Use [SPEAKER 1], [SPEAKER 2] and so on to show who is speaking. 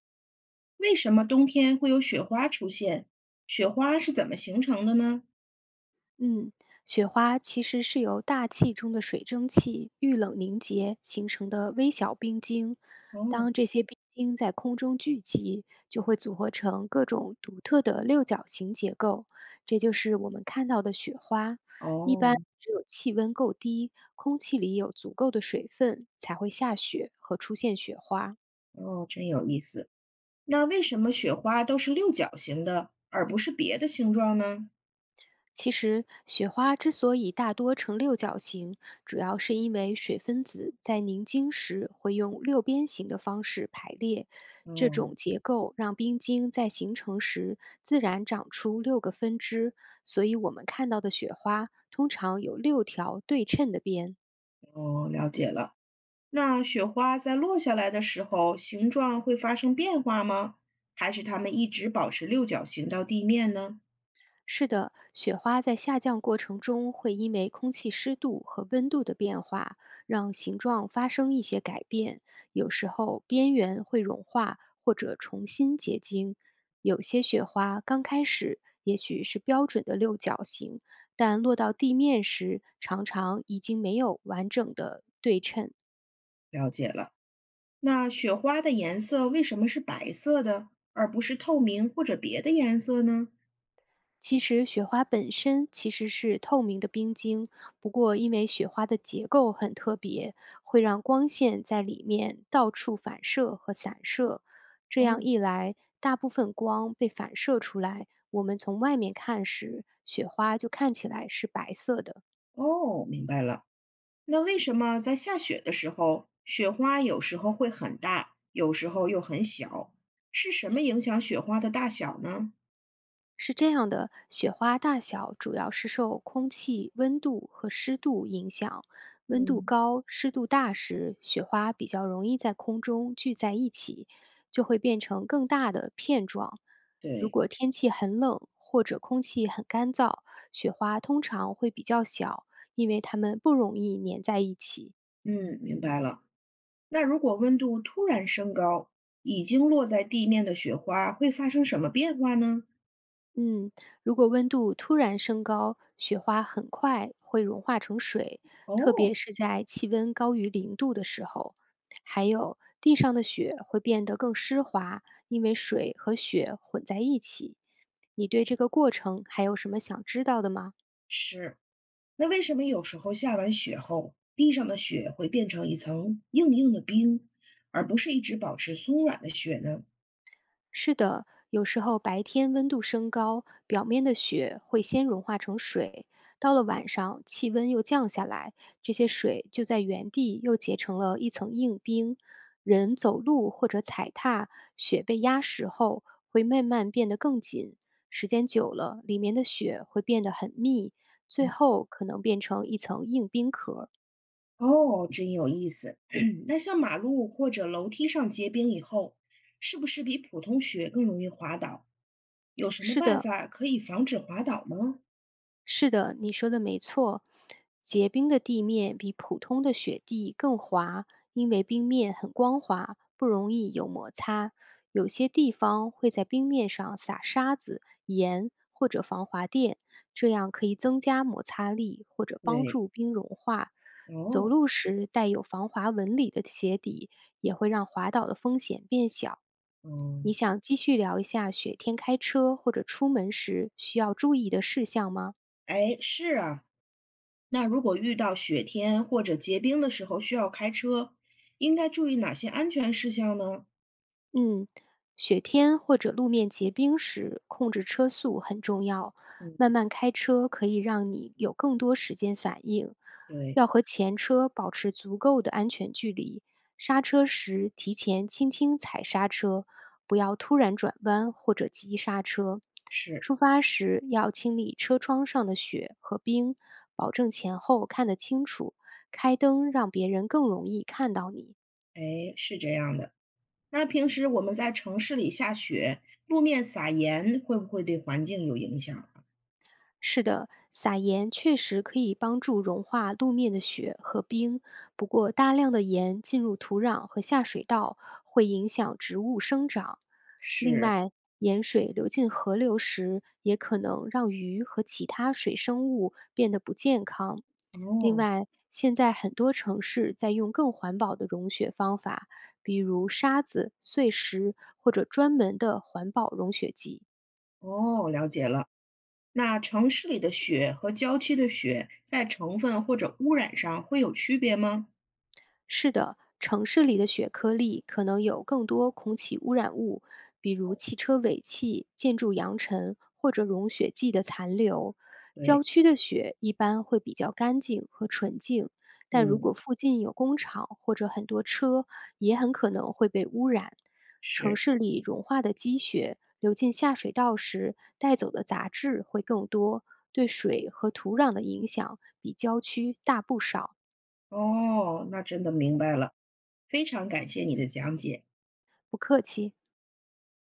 [SPEAKER 1] 为什么冬天会有雪花出现？雪花是怎么形成的呢？
[SPEAKER 2] 嗯，雪花其实是由大气中的水蒸气遇冷凝结形成的微小冰晶。当
[SPEAKER 1] 哦
[SPEAKER 2] 这些冰晶在空中聚集，就会组合成各种独特的六角形结构，这就是我们看到的雪花。一般
[SPEAKER 1] 哦
[SPEAKER 2] 只有气温够低，空气里有足够的水分，才会下雪和出现雪花。
[SPEAKER 1] 哦，真有意思。那为什么雪花都是六角形的，而不是别的形状呢？
[SPEAKER 2] 其实，雪花之所以大多呈六角形，主要是因为水分子在凝晶时会用六边形的方式排列。这
[SPEAKER 1] 哦
[SPEAKER 2] 种结构让冰晶在形成时自然长出六个分支，所以我们看到的雪花通常有六条对称的边。
[SPEAKER 1] 哦，了解了。那雪花在落下来的时候，形状会发生变化吗？还是它们一直保持六角形到地面呢？
[SPEAKER 2] 是的，雪花在下降过程中会因为空气湿度和温度的变化，让形状发生一些改变。有时候边缘会融化或者重新结晶。有些雪花刚开始也许是标准的六角形，但落到地面时，常常已经没有完整的对称。
[SPEAKER 1] 了解了。那雪花的颜色为什么是白色的，而不是透明或者别的颜色呢？
[SPEAKER 2] 其实雪花本身其实是透明的冰晶，不过因为雪花的结构很特别，会让光线在里面到处反射和散射。这
[SPEAKER 1] 哦
[SPEAKER 2] 样一来，大部分光被反射出来，我们从外面看时，雪花就看起来是白色的。
[SPEAKER 1] 哦，明白了。那为什么在下雪的时候，雪花有时候会很大，有时候又很小？是什么影响雪花的大小呢？
[SPEAKER 2] 是这样的，雪花大小主要是受空气温度和湿度影响。温度
[SPEAKER 1] 嗯，
[SPEAKER 2] 高、湿度大时，雪花比较容易在空中聚在一起，就会变成更大的片状。如
[SPEAKER 1] 对，
[SPEAKER 2] 果天气很冷或者空气很干燥，雪花通常会比较小，因为它们不容易粘在一起。
[SPEAKER 1] 嗯，明白了。那如果温度突然升高，已经落在地面的雪花会发生什么变化呢？
[SPEAKER 2] 嗯，如果温度突然升高，雪花很快会融化成水，特
[SPEAKER 1] 哦，
[SPEAKER 2] 别是在气温高于零度的时候。还有，地上的雪会变得更湿滑，因为水和雪混在一起。你对这个过程还有什么想知道的吗？
[SPEAKER 1] 是。那为什么有时候下完雪后，地上的雪会变成一层硬硬的冰，而不是一直保持松软的雪呢？
[SPEAKER 2] 是的，有时候白天温度升高，表面的雪会先融化成水，到了晚上气温又降下来，这些水就在原地又结成了一层硬冰。人走路或者踩踏，雪被压实后会慢慢变得更紧，时间久了，里面的雪会变得很密，最后可能变成一层硬冰壳儿。
[SPEAKER 1] 哦，真有意思。那像马路或者楼梯上结冰以后，是不是比普通雪更容易滑倒？有什么
[SPEAKER 2] 是
[SPEAKER 1] 办
[SPEAKER 2] 的，
[SPEAKER 1] 法可以防止滑倒吗？
[SPEAKER 2] 是的，你说的没错。结冰的地面比普通的雪地更滑，因为冰面很光滑，不容易有摩擦。有些地方会在冰面上撒沙子、盐或者防滑垫，这样可以增加摩擦力或者帮
[SPEAKER 1] 对，
[SPEAKER 2] 助冰融化。走
[SPEAKER 1] 哦，
[SPEAKER 2] 路时带有防滑纹理的鞋底也会让滑倒的风险变小。你
[SPEAKER 1] 嗯，
[SPEAKER 2] 想继续聊一下雪天开车或者出门时需要注意的事项吗？
[SPEAKER 1] 哎，是啊。那如果遇到雪天或者结冰的时候需要开车，应该注意哪些安全事项呢？
[SPEAKER 2] 嗯，雪天或者路面结冰时，控制车速很重要。
[SPEAKER 1] 嗯，
[SPEAKER 2] 慢慢开车可以让你有更多时间反应，
[SPEAKER 1] 对，
[SPEAKER 2] 要和前车保持足够的安全距离。刹车时提前轻轻踩刹车，不要突然转弯或者急刹车。
[SPEAKER 1] 是，
[SPEAKER 2] 出发时要清理车窗上的雪和冰，保证前后看得清楚。开灯让别人更容易看到你。
[SPEAKER 1] 哎，是这样的。那平时我们在城市里下雪，路面撒盐会不会对环境有影响啊？
[SPEAKER 2] 是的，撒盐确实可以帮助融化路面的雪和冰，不过大量的盐进入土壤和下水道会影响植物生长。另
[SPEAKER 1] 是，
[SPEAKER 2] 外，盐水流进河流时，也可能让鱼和其他水生物变得不健康。另
[SPEAKER 1] 哦，
[SPEAKER 2] 外，现在很多城市在用更环保的融雪方法，比如沙子、碎石或者专门的环保融雪剂。
[SPEAKER 1] 哦，了解了。那城市里的雪和郊区的雪在成分或者污染上会有区别吗？
[SPEAKER 2] 是的，城市里的雪颗粒可能有更多空气污染物，比如汽车尾气、建筑扬尘或者融雪剂的残留。
[SPEAKER 1] 对，
[SPEAKER 2] 郊区的雪一般会比较干净和纯净，但如
[SPEAKER 1] 嗯，
[SPEAKER 2] 果附近有工厂或者很多车，也很可能会被污染。城
[SPEAKER 1] 是。
[SPEAKER 2] 市里融化的积雪流进下水道时带走的杂质会更多，对水和土壤的影响比郊区大不少。
[SPEAKER 1] 哦，那真的明白了，非常感谢你的讲解。
[SPEAKER 2] 不客气。